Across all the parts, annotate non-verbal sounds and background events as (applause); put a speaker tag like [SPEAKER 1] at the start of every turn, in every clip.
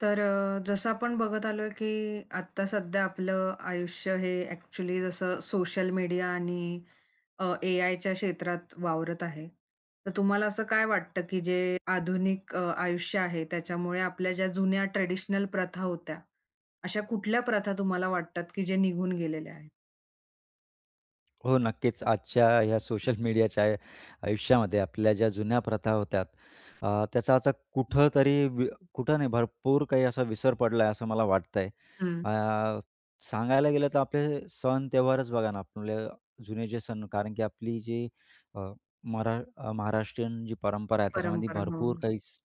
[SPEAKER 1] तर जसं आपण बघत आलोय, की आत्ता सध्या आपलं आयुष्य हे ॲक्चुअली जसं सोशल मीडिया आणि एआयच्या क्षेत्रात वावरत आहे. तर तुम्हाला असं काय वाटतं, की जे आधुनिक आयुष्य आहे त्याच्यामुळे आपल्या ज्या जुन्या ट्रेडिशनल प्रथा होत्या, अशा कुठल्या प्रथा तुम्हाला वाटतात, की जे निघून गेलेल्या आहेत?
[SPEAKER 2] हो, नक्कीच. आजच्या ह्या सोशल मीडियाच्या आयुष्यामध्ये आपल्या ज्या जुन्या प्रथा होत्या, त्याचा आता कुठेतरी वि कुठं नाही, भरपूर काही असा विसर पडला आहे, असं मला वाटतंय.
[SPEAKER 1] हं.
[SPEAKER 2] अ, सांगायला गेलं तर आपले सण त्योहारच बघा ना, आपले जुने जे सण कारण की आपली जी अ, महाराष्ट्रीयन जी परंपरा आहे, त्याच्यामध्ये
[SPEAKER 1] परंपरा. हो.
[SPEAKER 2] भरपूर काही स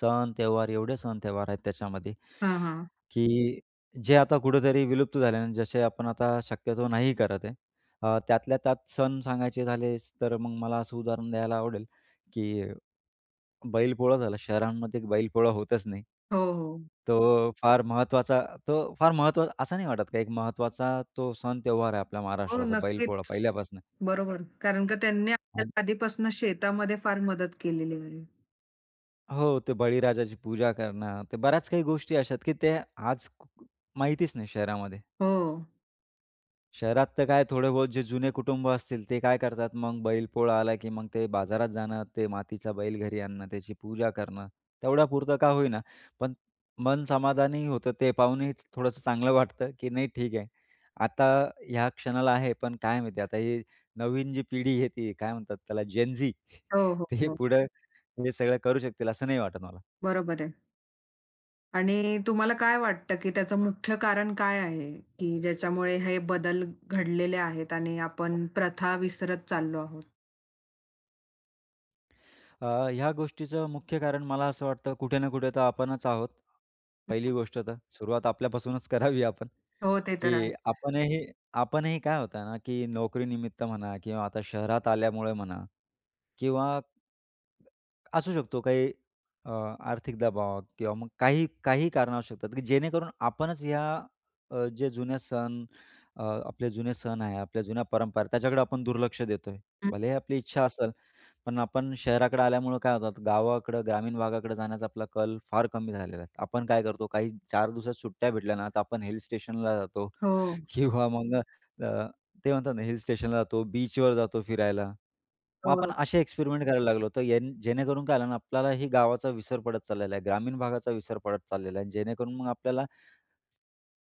[SPEAKER 2] सण त्योहार, एवढे सण त्योहार आहेत त्याच्यामध्ये,
[SPEAKER 1] हां, हां.
[SPEAKER 2] की जे आता कुठेतरी विलुप्त झाले आणि जसे आपण आता शक्यतो नाही करत आहे. त्यातल्या त्यात सण सांगायचे झालेच तर मग मला असं उदाहरण द्यायला आवडेल, की बैलपोळा झाला. शहरांमध्ये बैलपोळा होतच नाही.
[SPEAKER 1] हो, हो.
[SPEAKER 2] तो फार महत्त्वाचा तो फार महत्त्वाचा असं नाही वाटत का एक महत्त्वाचा तो सण त्योहार आहे आपल्या
[SPEAKER 1] हो,
[SPEAKER 2] महाराष्ट्राचा बैलपोळा
[SPEAKER 1] नक्कीच.
[SPEAKER 2] पहिल्यापासून.
[SPEAKER 1] बरोबर. कारण का त्यांनी
[SPEAKER 2] आणि
[SPEAKER 1] आपल्याला आधीपासून शेतामध्ये फार मदत केलेली आहे.
[SPEAKER 2] हो, ते बळीराजाची पूजा करणं, ते बऱ्याच काही गोष्टी अशा आहेत, की ते माहितीच नाही शहरामध्ये.
[SPEAKER 1] हो.
[SPEAKER 2] शहरात तर काय थोडे बहुत जे जुने कुटुंब असतील ते काय करतात मग बैलपोळा आला की मग ते बाजारात जाणं, ते मातीचा बैल घरी आणणं, त्याची पूजा करणं, तेवढ्यापुरतं का होईना, पण मन समाधानी होतं. ते पाहूनही थोडंसं चांगलं वाटतं की नाही ठीक आहे. आता ह्या क्षणाला आहे, पण काय माहिती आता ही नवीन जी पिढी आहे ती काय म्हणतात त्याला जेन (laughs)
[SPEAKER 1] हो, हो,
[SPEAKER 2] ते
[SPEAKER 1] हो.
[SPEAKER 2] पुढं हे सगळं करू शकतील असं नाही वाटत मला.
[SPEAKER 1] बरोबर आहे. आणि तुम्हाला काय वाटतं, की त्याचं मुख्य कारण काय आहे, की ज्याच्यामुळे हे बदल घडलेले आहेत आणि आपण प्रथा विसरत चाललो आहोत?
[SPEAKER 2] ह्या गोष्टीचं मुख्य कारण मला असं वाटतं कुठे ना कुठे तर आपणच आहोत. पहिली
[SPEAKER 1] हं.
[SPEAKER 2] गोष्ट तर सुरुवात आपल्यापासूनच करावी आपण,
[SPEAKER 1] हो, ते तर
[SPEAKER 2] की
[SPEAKER 1] आहेच.
[SPEAKER 2] आपणही आपणही काय होतं ना, की नोकरीनिमित्त म्हणा किंवा आता शहरात आल्यामुळे म्हणा किंवा असू शकतो काही अ, आर्थिक दबाव किंवा मग काही काही कारणं असू शकतात, की जेणेकरून आपणच ह्या अ, जे जुन्या सण अ, आपले जुने सण आहे, आपल्या जुन्या परंपरा त्याच्याकडे आपण दुर्लक्ष देतोय.
[SPEAKER 1] हं.
[SPEAKER 2] भलेही आपली इच्छा असेल पण आपण शहराकडे आल्यामुळं काय होतं, गावाकडं, ग्रामीण भागाकडे जाण्याचा आपला कल फार कमी झालेला आहे. आपण काय करतो, काही चार दिवसात सुट्ट्या भेटल्या ना, तर आपण हिल स्टेशनला जातो
[SPEAKER 1] हो,
[SPEAKER 2] (laughs) किंवा मग अ, ते म्हणतात ना, हिल स्टेशनला जातो, बीचवर जातो फिरायला. मग
[SPEAKER 1] हो,
[SPEAKER 2] आपण असे एक्सपेरिमेंट करायला लागलो. तर यान जेणेकरून काय झालं ना, आपल्याला ही गावाचा विसर पडत चाललेला आहे, ग्रामीण भागाचा विसर पडत चाललेला आहे. जेणेकरून मग आपल्याला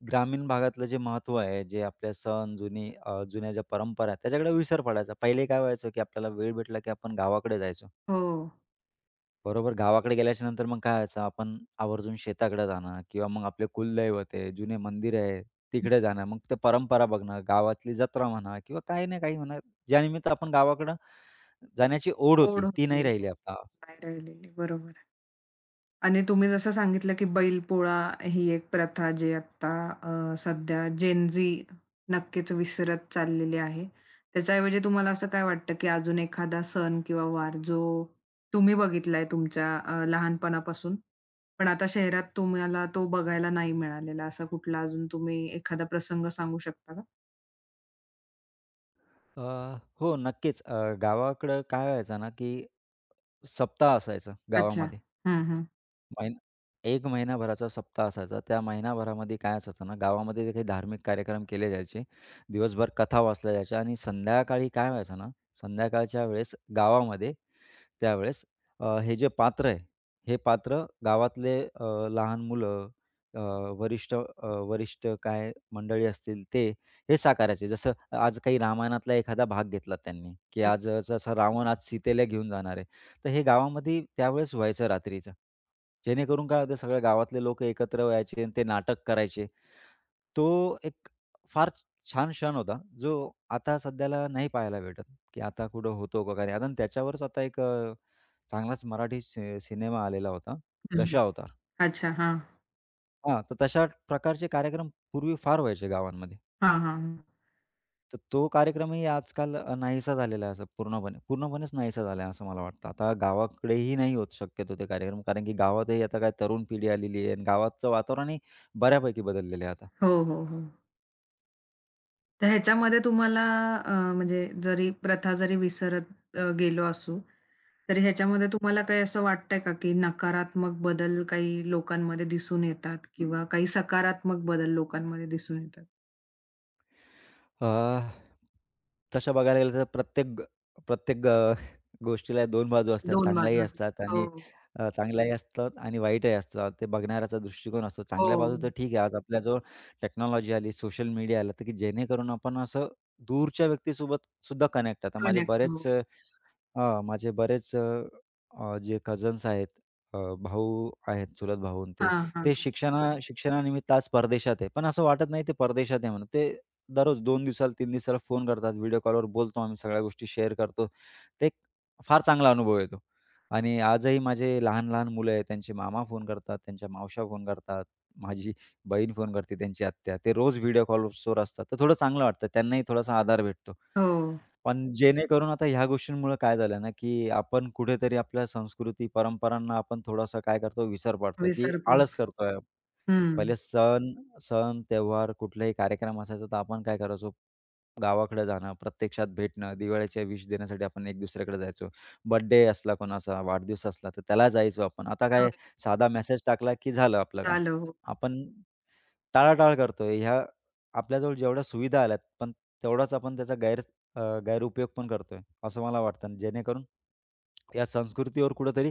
[SPEAKER 2] ग्रामीण भागातलं जे महत्त्व आहे, जे आपले सण, जुन्या ज्या परंपरा आहेत, त्याच्याकडे विसर पडायचा. पहिले काय व्हायचं, की आपल्याला वेळ भेटला की आपण गावाकडे जायचो.
[SPEAKER 1] हो.
[SPEAKER 2] बरोबर. गावाकडे गेल्याच्या नंतर मग काय व्हायचं, आपण आवर्जून शेताकडे जाणं किंवा मग आपले कुलदैवत आहे, जुने मंदिर आहे, तिकडे जाणं. मग ते परंपरा बघणं, गावातली जत्रा म्हणा किंवा काही ना काही म्हणा, ज्यानिमित्त आपण गावाकडं जाण्याची ओढ
[SPEAKER 1] ओढ
[SPEAKER 2] होती, ती नाही
[SPEAKER 1] होती.
[SPEAKER 2] राहिली
[SPEAKER 1] नाही
[SPEAKER 2] आता.
[SPEAKER 1] राहिलेली. बरोबर. आणि तुम्ही जसं सांगितलं, की बैलपोळा ही एक प्रथा जी आत्ता सध्या जेन झी नक्कीच विसरत चाललेली आहे. त्याच्याऐवजी तुम्हाला असं काय वाटतं, की अजून एखादा सण किंवा वार जो तुम्ही बघितलाय तुमच्या लहानपणापासून, पण आता शहरात तुम्हाला तो बघायला नाही मिळालेला, असा कुठला अजून तुम्ही एखादा प्रसंग सांगू शकता का?
[SPEAKER 2] अ, हो, नक्कीच. गावाकडं काय व्हायचं ना, की सप्ताह असायचा
[SPEAKER 1] अच्छा.
[SPEAKER 2] गावामध्ये.
[SPEAKER 1] हं, हं.
[SPEAKER 2] महिना 1 महिनाभराचा सप्ताह असायचा. त्या महिनाभरामध्ये काय असायचं ना, गावामध्ये जे काही धार्मिक कार्यक्रम केले जायचे, दिवसभर कथा वाचल्या जायच्या आणि संध्याकाळी काय व्हायचं ना, संध्याकाळच्या वेळेस गावामध्ये त्यावेळेस हे जे पात्र आहे, हे पात्र गावातले लहान मुलं, अ, वरिष्ठ काय मंडळी असतील ते, हे साकारायचे. जसं आज काही रामायणातला एखादा भाग घेतला त्यांनी, की आज जसा रावण आज सीतेला घेऊन जाणार आहे. तर हे गावामध्ये त्यावेळेस व्हायचं रात्रीचं. जेणेकरून काय होतं सगळ्या गावातले लोकं एकत्र व्हायचे आणि ते नाटक करायचे. तो एक फार छान क्षण होता, जो आता सध्याला नाही पाहायला भेटत, की आता कुठं होतो का काय? आता त्याच्यावरच आता एक चांगलाच मराठी सि सिनेमा आलेला होता,
[SPEAKER 1] हं.
[SPEAKER 2] दशावतार.
[SPEAKER 1] अच्छा.
[SPEAKER 2] हां, तर तशा प्रकारचे कार्यक्रम पूर्वी फार व्हायचे गावांमध्ये.
[SPEAKER 1] हां, हां, हां.
[SPEAKER 2] तर तो कार्यक्रमही आजकाल नाहीसा झालेला आहे असं पूर्णपणे. पूर्णपणेच नाहीसा झाला आहे असं मला वाटतं. आता गावाकडेही नाही होत शक्यतो ते कार्यक्रम कारण की गावातही आता काय तरुण पिढी आलेली आहे आणि गावाचं वातावरणही बऱ्यापैकी बदललेलं आहे आता.
[SPEAKER 1] हो, हो, हो. तर ह्याच्यामध्ये तुम्हाला म्हणजे जरी प्रथा विसरत गेलो असू, तरी ह्याच्यामध्ये तुम्हाला काही असं वाटतंय का, की नकारात्मक बदल काही लोकांमध्ये दिसून येतात किंवा काही सकारात्मक बदल लोकांमध्ये दिसून येतात?
[SPEAKER 2] अ, तसं बघायला गेलं तर प्रत्येक गोष्टीला 2 बाजू असतात.
[SPEAKER 1] 2 बाजू असतात. हो,
[SPEAKER 2] चांगल्याही असतात आणि वाईटही असतात. ते बघणाऱ्याचा दृष्टिकोन असतो.
[SPEAKER 1] हो.
[SPEAKER 2] चांगल्या बाजू तर ठीक आहे, आज आपल्याजवळ टेक्नॉलॉजी आली, सोशल मीडिया आलं, तर की जेणेकरून आपण असं दूरच्या व्यक्तीसोबत सुद्धा कनेक्ट. आता माझे
[SPEAKER 1] कनेक्ट हो.
[SPEAKER 2] बरेच हां, माझे बरेच अ, अ, जे कझन्स आहेत, अ, भाऊ आहेत, चुलत भाऊ अन् ते.
[SPEAKER 1] हां, हां.
[SPEAKER 2] ते शिक्षणा हां. शिक्षणानिमित्त आज परदेशात आहे. पण असं वाटत नाही ते परदेशात आहे म्हणून. ते दररोज 2 दिवसाला, 3 दिवसाला फोन करतात. व्हिडिओ कॉलवर बोलतो आम्ही, सगळ्या गोष्टी शेअर करतो. ते एक फार चांगला अनुभव येतो. आणि आजही माझे लहान-लहान मुलं आहेत, त्यांचे मामा फोन करतात, त्यांच्या मावश्या फोन करतात, माझी बहीण फोन करते, त्यांची आत्या. ते रोज व्हिडिओ कॉल्सवर असतात. तर थोडं चांगलं वाटतं. त्यांनाही थोडासा आधार भेटतो.
[SPEAKER 1] हो.
[SPEAKER 2] पण जेणेकरून आता ह्या गोष्टींमुळं काय झालं ना, की आपण कुठेतरी आपल्या संस्कृती, परंपरांना आपण थोडासा काय करतो, विसर पाडतो, की
[SPEAKER 1] विसर
[SPEAKER 2] आळस
[SPEAKER 1] प्लीज.
[SPEAKER 2] करतोय.
[SPEAKER 1] हं.
[SPEAKER 2] पहिले सण सण, त्योहार, कुठलाही कार्यक्रम असायचा, तर आपण काय करायचो, गावाकडे जाणं, प्रत्यक्षात भेटणं, दिवाळीच्या विश देण्यासाठी आपण एक दुसऱ्याकडे जायचो. बर्थडे असला कोणाचा, वाढदिवस असला, तर त्याला जायचो आपण. आता
[SPEAKER 1] हो.
[SPEAKER 2] काय साधा मेसेज टाकला, की झालं आपलं काम.
[SPEAKER 1] आलं हो.
[SPEAKER 2] आपण टाळाटाळ करतोय. ह्या आपल्याजवळ जेवढ्या सुविधा आल्यात, पण तेवढाच आपण त्याचा गैरउपयोग पण करतोय, असं मला वाटतं. जेणेकरून या संस्कृतीवर कुठेतरी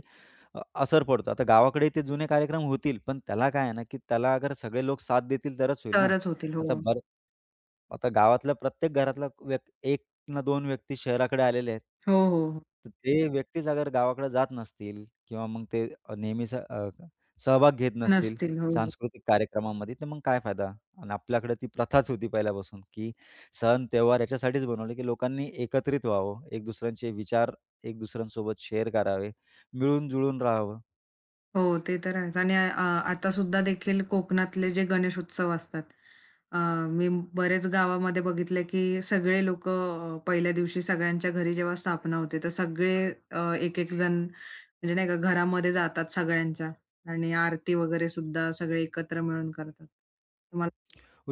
[SPEAKER 2] असर पडतो. आता गावाकडे ते जुने कार्यक्रम होतील, पण त्याला काय आहे ना, की त्याला अगर सगळे लोक साथ देतील तरच होईल ना.
[SPEAKER 1] तरच होतील.
[SPEAKER 2] आता
[SPEAKER 1] हो.
[SPEAKER 2] बरं आता गावातल्या प्रत्येक घरातला 1 ना 2 व्यक्ती शहराकडे आलेले आहेत.
[SPEAKER 1] हो, हो, हो.
[SPEAKER 2] तर ते व्यक्तीच अगर गावाकडे जात नसतील किंवा मग ते नेहमीच सहभाग घेत नसतील,
[SPEAKER 1] नसतील. हो. हो.
[SPEAKER 2] सांस्कृतिक कार्यक्रमामध्ये, तर मग काय फायदा? आणि आपल्याकडे ती प्रथाच होती पहिल्यापासून, की सण त्योहार याच्यासाठीच बनवले, की लोकांनी एकत्रित व्हावं, एक दुसऱ्यांचे विचार एक दुसऱ्यांसोबत शेअर करावे, मिळून-जुळून राहावं.
[SPEAKER 1] हो, ते तर आहेच आणि आता सुद्धा देखील कोकणातले जे गणेशोत्सव असतात, अ, मी बरेच गावामध्ये बघितलं की सगळे लोकं पहिल्या दिवशी सगळ्यांच्या घरी जेव्हा स्थापना होते, तर सगळे एक-एक जण म्हणजे नाही का घरामध्ये जातात सगळ्यांच्या आणि आरती वगैरे सुद्धा सगळे एकत्र मिळून करतात. तर मला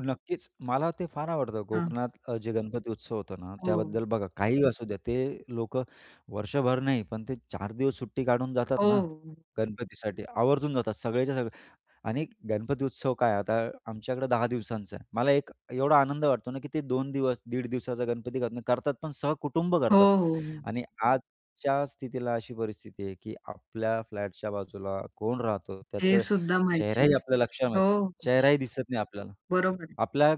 [SPEAKER 2] नक्कीच मला ते फार आवडतं
[SPEAKER 1] हां.
[SPEAKER 2] कोकणात जे गणपती उत्सव होतो ना,
[SPEAKER 1] हो,
[SPEAKER 2] त्याबद्दल बघा काहीही असू द्या, ते लोकं वर्षभर नाही, पण ते 4 दिवस सुट्टी काढून जातात
[SPEAKER 1] हो,
[SPEAKER 2] ना,
[SPEAKER 1] हो.
[SPEAKER 2] गणपतीसाठी आवर्जून जातात सगळेच्या सगळे. आणि गणपती उत्सव काय आता आमच्याकडे 10 दिवसांचा आहे. मला एक एवढा आनंद वाटतो ना, की ते 2 दिवस, दीड दिवसाचा गणपती करत नाही. करतात पण सहकुटुंब
[SPEAKER 1] हो,
[SPEAKER 2] करतात.
[SPEAKER 1] हो, हो.
[SPEAKER 2] आणि आजच्या स्थितीला अशी परिस्थिती आहे, की आपल्या फ्लॅटच्या बाजूला कोण राहतो,
[SPEAKER 1] हे
[SPEAKER 2] त्याचं
[SPEAKER 1] सुद्धा माहिती
[SPEAKER 2] चेहराही आपल्या लक्षात
[SPEAKER 1] नसतं.
[SPEAKER 2] माहीत
[SPEAKER 1] हो,
[SPEAKER 2] नाही. चेहराही दिसत नाही आपल्याला.
[SPEAKER 1] बरोबर आहे.
[SPEAKER 2] आपल्या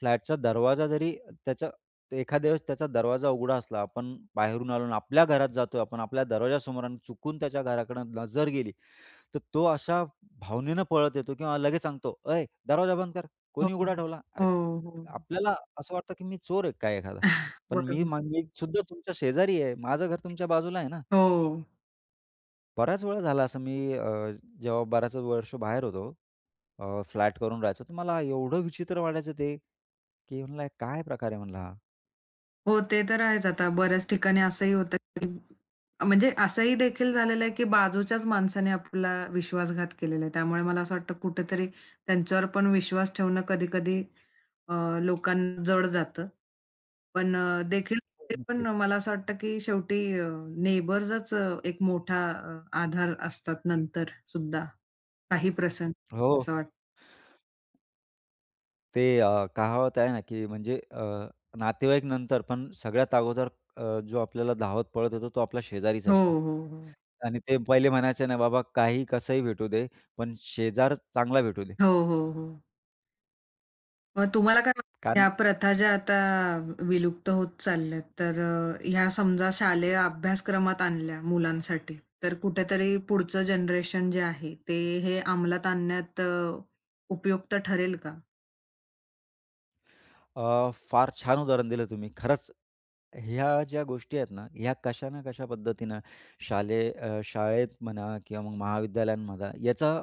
[SPEAKER 2] फ्लॅटचा दरवाजा जरी त्याचा एखाद्या वेळेस त्याचा दरवाजा उघडा असला, आपण बाहेरून आलो आणि आपल्या घरात जातोय, आपण आपल्या दरवाजासमोर आणि चुकून त्याच्या घराकडे नजर गेली, तर तो अशा भावनेनं पळत येतो किंवा लगेच सांगतो, "अय, दरवाजा बंद कर.
[SPEAKER 1] हो,
[SPEAKER 2] कोणी
[SPEAKER 1] हो,
[SPEAKER 2] उघडा ठेवला?" अरे,
[SPEAKER 1] हो, हो.
[SPEAKER 2] आपल्याला असं वाटतं की मी चोर आहे काय एखादा.
[SPEAKER 1] (laughs)
[SPEAKER 2] पण
[SPEAKER 1] बरोबर.
[SPEAKER 2] मी सुद्धा तुमच्या शेजारी आहे. माझं घर तुमच्या बाजूला आहे ना.
[SPEAKER 1] हो.
[SPEAKER 2] बऱ्याच वेळा झाला असं जेव्हा बऱ्याच वर्ष बाहेर होतो, फ्लॅट करून राहायचो, तर मला एवढं विचित्र वाटायचं ते, की म्हणलं काय प्रकार आहे म्हणलं
[SPEAKER 1] हो, ते तर आहेच. आता बऱ्याच ठिकाणी असंही होतं, की म्हणजे असंही देखील झालेलं आहे, की बाजूच्याच माणसाने आपला विश्वासघात केलेला आहे. त्यामुळे मला असं वाटतं कुठेतरी त्यांच्यावर पण विश्वास ठेवणं कधी-कधी अ, लोकांना जड जातं. पण देखील
[SPEAKER 2] हो,
[SPEAKER 1] ते पण
[SPEAKER 2] नक्कीच.
[SPEAKER 1] मला असं वाटतं, की शेवटी नेबर्सच एक मोठा आधार असतात नंतर सुद्धा काही प्रसंग
[SPEAKER 2] हो.
[SPEAKER 1] असं वाटतं.
[SPEAKER 2] कहावत आहे ना, की म्हणजे नातेवाईक नंतर पण सगळ्यात अगोदर जो आपल्याला धावत पळत येतो तो आपला शेजारीच
[SPEAKER 1] हो,
[SPEAKER 2] असतो.
[SPEAKER 1] हो, हो.
[SPEAKER 2] आणि ते पहिले म्हणायचे ना, "बाबा काही कसंही भेटू दे, पण शेजार चांगला भेटू दे."
[SPEAKER 1] हो, हो, हो. मग तुम्हाला काय वाटतं, ह्या
[SPEAKER 2] कारण
[SPEAKER 1] प्रथा ज्या आता विलुप्त होत चालल्यात, तर ह्या समजा शालेय अभ्यासक्रमात आणल्या मुलांसाठी, तर कुठेतरी पुढचं जनरेशन जे आहे, ते हे अंमलात आणण्यात उपयुक्त ठरेल का?
[SPEAKER 2] फार छान उदाहरण दिलं तुम्ही. खरंच ह्या ज्या गोष्टी आहेत ना, ह्या कशा ना कशा पद्धतीनं शाळेत म्हणा किंवा मग महाविद्यालयांमध्ये याचा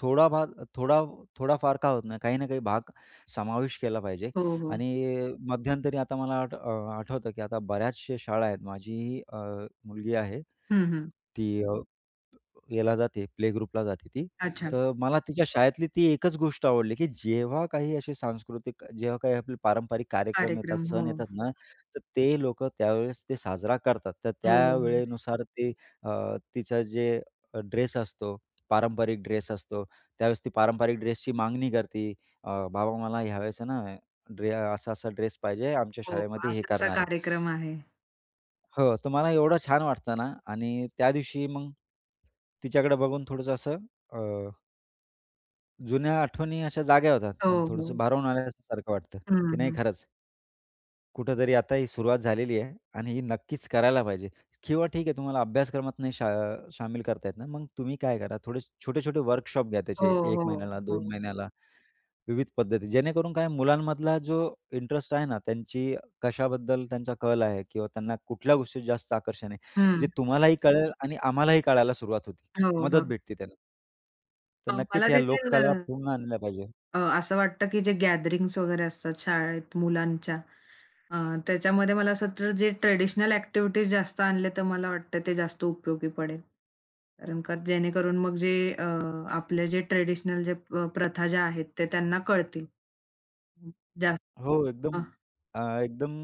[SPEAKER 2] थोडा भाग थोडा थोडाफार का होत नाही, काही ना काही भाग समावेश केला पाहिजे.
[SPEAKER 1] हो, हो.
[SPEAKER 2] आणि मध्यंतरी आता मला आठवतं की आता बऱ्याचशा शाळा आहेत. माझी मुलगी आहे
[SPEAKER 1] हं, हं.
[SPEAKER 2] ती याला जाते, प्ले ग्रुपला जाते ती.
[SPEAKER 1] अच्छा.
[SPEAKER 2] तर मला तिच्या शाळेतली ती एकच गोष्ट आवडली, की जेव्हा काही आपले पारंपरिक कार्यक्रम येतात,
[SPEAKER 1] कार्यक्रम.
[SPEAKER 2] सण
[SPEAKER 1] हो.
[SPEAKER 2] येतात ना, तर ते लोक त्यावेळेस ते साजरा करतात. तर
[SPEAKER 1] हो,
[SPEAKER 2] त्या
[SPEAKER 1] हो.
[SPEAKER 2] वेळेनुसार ते अ, तिचा जे ड्रेस असतो, पारंपरिक ड्रेस असतो, त्यावेळेस ती पारंपरिक ड्रेसची मागणी करते. "बाबा मला ह्यावेळेस आहे ना, असा-असा ड्रेस पाहिजे, आमच्या
[SPEAKER 1] हो.
[SPEAKER 2] शाळेमध्ये हे
[SPEAKER 1] असाच
[SPEAKER 2] करणार आहेत."
[SPEAKER 1] कार्यक्रम आहे.
[SPEAKER 2] हो, तर मला एवढं छान वाटतं ना आणि त्या दिवशी मग तिच्याकडे बघून थोडंसं असं अ, जुन्या आठवणी अशा जाग्या होतात
[SPEAKER 1] हो,
[SPEAKER 2] आणि थोडंसं
[SPEAKER 1] हो.
[SPEAKER 2] भारावून आल्यासारखं वाटतं, की
[SPEAKER 1] हं,
[SPEAKER 2] नाही
[SPEAKER 1] हं.
[SPEAKER 2] खरंच कुठेतरी आता ही सुरुवात झालेली आहे आणि ही नक्कीच करायला पाहिजे किंवा ठीक आहे तुम्हाला अभ्यासक्रमात नाही शा शामील करता येत ना, मग तुम्ही काय करा थोडे छोटे-छोटे वर्कशॉप घ्या
[SPEAKER 1] हो,
[SPEAKER 2] त्याचे 1
[SPEAKER 1] हो,
[SPEAKER 2] महिन्याला, 2
[SPEAKER 1] हो.
[SPEAKER 2] महिन्याला. विविध पद्धती जेणेकरून काय मुलांमधला जो इंटरेस्ट आहे ना, कशाबद्दल त्यांचा कल आहे किंवा त्यांना कुठल्या गोष्टीत जास्त आकर्षण आहे,
[SPEAKER 1] हं.
[SPEAKER 2] जे तुम्हालाही कळेल आणि आम्हालाही कळायला सुरुवात होती.
[SPEAKER 1] हो, हो.
[SPEAKER 2] मदत भेटते त्यांना. तर
[SPEAKER 1] अ,
[SPEAKER 2] नक्कीच
[SPEAKER 1] मला
[SPEAKER 2] ह्या
[SPEAKER 1] देखील अ
[SPEAKER 2] लोककला पूर्ण आणल्या पाहिजे.
[SPEAKER 1] अ, असं वाटतं की जे गॅदरिंग्स वगैरे असतात शाळेत मुलांच्या अ, त्याच्यामध्ये मला असं वाटतं जे ट्रेडिशनल ॲक्टिव्हिटीज जास्त आणले तर मला वाटतं ते जास्त उपयोगी पडेल. कारण का जेणेकरून मग जे अ, आपले जे ट्रेडिशनल जे प्रथा ज्या आहेत ते त्यांना कळतील. जास्त
[SPEAKER 2] हो,
[SPEAKER 1] अ,
[SPEAKER 2] एकदम एकदम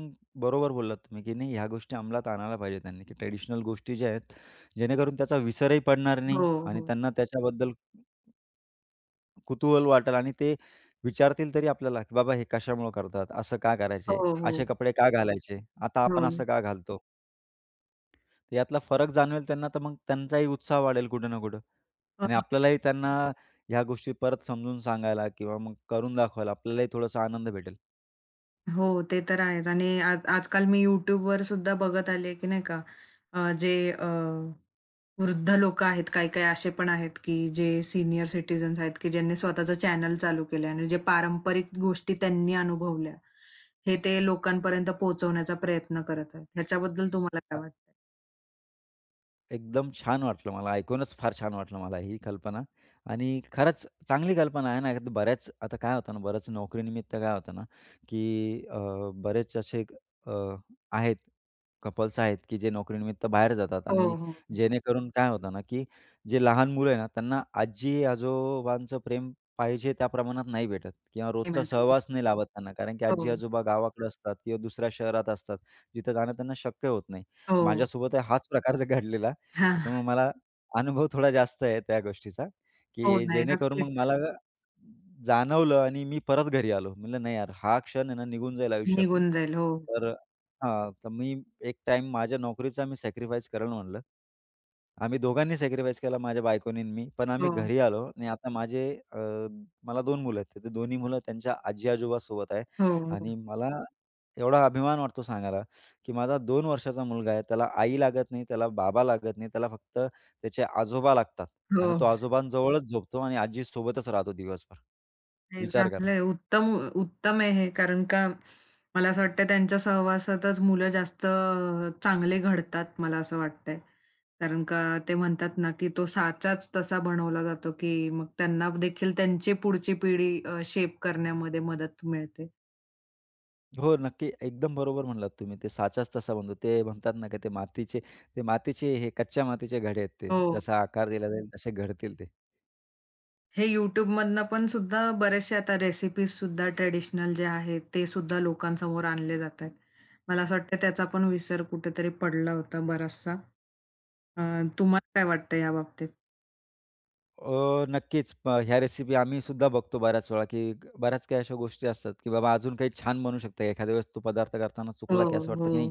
[SPEAKER 2] बरोबर बोललात तुम्ही, की नाही ह्या गोष्टी अंमलात आणायला पाहिजे त्यांनी, की ट्रेडिशनल गोष्टी ज्या आहेत, जेणेकरून त्याचा विसरही पडणार नाही
[SPEAKER 1] हो,
[SPEAKER 2] आणि
[SPEAKER 1] हो.
[SPEAKER 2] त्यांना त्याच्याबद्दल कुतूहल वाटेल आणि ते विचारतील तरी आपल्याला, की "बाबा हे कशामुळं करतात? असं का
[SPEAKER 1] हो,
[SPEAKER 2] करायचे?
[SPEAKER 1] हो.
[SPEAKER 2] असे कपडे का घालायचे? आता
[SPEAKER 1] हो.
[SPEAKER 2] आपण असं का घालतो?" तर यातला फरक जाणवेल त्यांना, तर मग त्यांचाही उत्साह वाढेल कुठे ना कुठं
[SPEAKER 1] अ,
[SPEAKER 2] आणि आपल्यालाही त्यांना ह्या गोष्टी परत समजून सांगायला किंवा मग करून दाखवायला आपल्यालाही थोडासा आनंद भेटेल.
[SPEAKER 1] हो, ते तर आहेच आणि आज आजकाल मी YouTubeवर सुद्धा बघत आले, की नाही का जे वृद्ध लोकं आहेत, काही-काही असे पण आहेत, की जे सीनियर सिटीजन्स आहेत, की ज्यांनी स्वतःचं चॅनल चालू केलंय आणि जे पारंपरिक गोष्टी त्यांनी अनुभवल्या, हे ते लोकांपर्यंत पोहोचवण्याचा प्रयत्न करत आहेत. ह्याच्याबद्दल तुम्हाला काय वाटतं?
[SPEAKER 2] एकदम छान वाटलं मला. ऐकूनच फार छान वाटलं मला ही कल्पना आणि खरंच चांगली कल्पना आहे ना. आता काय होतं ना, बऱ्याच नोकरीनिमित्त काय होतं ना, की बरेच असे अ, आहेत, कपल्स आहेत, की जे नोकरीनिमित्त बाहेर जातात
[SPEAKER 1] हो,
[SPEAKER 2] आणि
[SPEAKER 1] हो.
[SPEAKER 2] जेणेकरून काय होतं ना, की जे लहान मुलं आहे ना, त्यांना आजी-आजोबांचं प्रेम पाहिजे त्या प्रमाणात नाही भेटत किंवा
[SPEAKER 1] ते
[SPEAKER 2] रोजचा
[SPEAKER 1] म्हटलं.
[SPEAKER 2] सहवास नाही लाभत त्यांना. कारण की
[SPEAKER 1] हो,
[SPEAKER 2] आजी-आजोबा गावाकडे असतात किंवा दुसऱ्या शहरात असतात, जिथं जाणं त्यांना शक्य होत नाही.
[SPEAKER 1] हो.
[SPEAKER 2] माझ्यासोबत हाच प्रकार (laughs) जर घडलेला.
[SPEAKER 1] हां.
[SPEAKER 2] त्याच्यामुळे मला अनुभव थोडा जास्त आहे त्या गोष्टीचा,
[SPEAKER 1] हो,
[SPEAKER 2] की
[SPEAKER 1] नाही
[SPEAKER 2] जेणेकरून मग मला
[SPEAKER 1] नक्कीच.
[SPEAKER 2] जाणवलं आणि मी परत घरी आलो. म्हटलं नाही यार, हा क्षण आहे ना निघून जाईल आयुष्यातून.
[SPEAKER 1] निघून जाईल. हो,
[SPEAKER 2] तर मी एक टाईम माझ्या नोकरीचा मी सॅक्रिफाईस करेल म्हटलं. आम्ही दोघांनी सॅक्रिफाईस केला, माझ्या बायकोनी आणि मी. पण आम्ही
[SPEAKER 1] हो.
[SPEAKER 2] घरी आलो आणि आता मला 2 मुलं आहेत. तर ते दोन्ही मुलं त्यांच्या आजी-आजोबासोबत आहे
[SPEAKER 1] हो, हो.
[SPEAKER 2] आणि मला एवढा अभिमान वाटतो सांगायला. की माझा 2 वर्षाचा मुलगा आहे. त्याला आई लागत नाही, त्याला बाबा लागत नाही. त्याला फक्त त्याचे आजोबा लागतात
[SPEAKER 1] हो.
[SPEAKER 2] आणि तो आजोबांजवळच झोपतो आणि आजीसोबतच राहतो दिवसभर.
[SPEAKER 1] नाही,
[SPEAKER 2] विचार करा.
[SPEAKER 1] चांगलं आहे. उत्तम उत्तम आहे हे, कारण का मला असं वाटतं त्यांच्या सहवासातच मुलं जास्त चांगले घडतात मला असं वाटतंय. कारण का ते म्हणतात ना, की तो साचाच तसा बनवला जातो, की मग त्यांना देखील त्यांची पुढची पिढी शेप करण्यामध्ये मदत मिळते.
[SPEAKER 2] हो, नक्की. एकदम बरोबर म्हणलात तुम्ही. ते साचाच तसा बनतो. ते म्हणतात ना, की ते मातीचे हे कच्च्या मातीचे घडे आहेत ते.
[SPEAKER 1] हो.
[SPEAKER 2] जसा आकार दिला जाईल तसे घडतील ते.
[SPEAKER 1] हे YouTubeमधनं पण सुद्धा बरेचसे आता रेसिपीज सुद्धा ट्रेडिशनल जे आहेत, ते सुद्धा लोकांसमोर आणले जात आहेत. मला असं वाटतं त्याचा पण विसर कुठेतरी पडला होता बराचसा. अ, तुम्हाला काय वाटतं याबाबतीत?
[SPEAKER 2] नक्कीच. ह्या रेसिपी आम्ही सुद्धा बघतो बऱ्याच वेळा, की बऱ्याच काही अशा गोष्टी असतात, की बाबा अजून काही छान बनू शकतं. एखाद्या वेळेस तो पदार्थ करताना
[SPEAKER 1] हो,
[SPEAKER 2] चुकला, की असं वाटतं
[SPEAKER 1] हो.
[SPEAKER 2] की नाही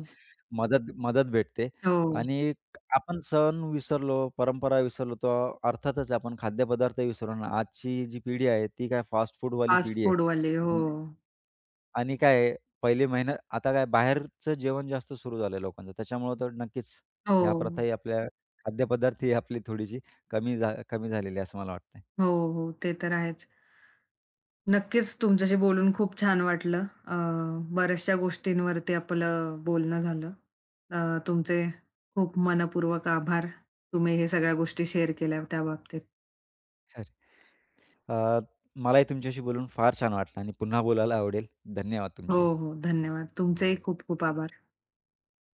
[SPEAKER 2] मदत मदत भेटते.
[SPEAKER 1] हो.
[SPEAKER 2] आणि आपण सण विसरलो, परंपरा विसरलो, तो अर्थातच आपण खाद्यपदार्थ विसरलो ना. आजची जी पिढी आहे, ती काय फास्ट फूडवाली
[SPEAKER 1] फास्ट
[SPEAKER 2] पिढी आहे.
[SPEAKER 1] फूडवाले. हो.
[SPEAKER 2] अन आणि काय आहे, पहिले महिना आता काय बाहेरचं जेवण जास्त सुरू झालं लोकांचं. त्याच्यामुळं तर नक्कीच ह्या
[SPEAKER 1] हो.
[SPEAKER 2] प्रथाही आपल्या खाद्यपदार्थ ही आपली थोडीशी कमी झालेली आहे, असं मला वाटतं.
[SPEAKER 1] हो, हो. ते तर आहेच. नक्कीच तुमच्याशी बोलून खूप छान वाटलं. बऱ्याचशा गोष्टींवरती आपलं बोलणं झालं. तुमचे खूप मनःपूर्वक आभार. तुम्ही हे सगळ्या गोष्टी शेअर केल्या त्या बाबतीत.
[SPEAKER 2] खरं. अ, मलाही तुमच्याशी बोलून फार छान वाटलं आणि पुन्हा बोलायला आवडेल. धन्यवाद
[SPEAKER 1] हो,
[SPEAKER 2] तुमचे.
[SPEAKER 1] हो. धन्यवाद. तुमचेही खूप खूप आभार.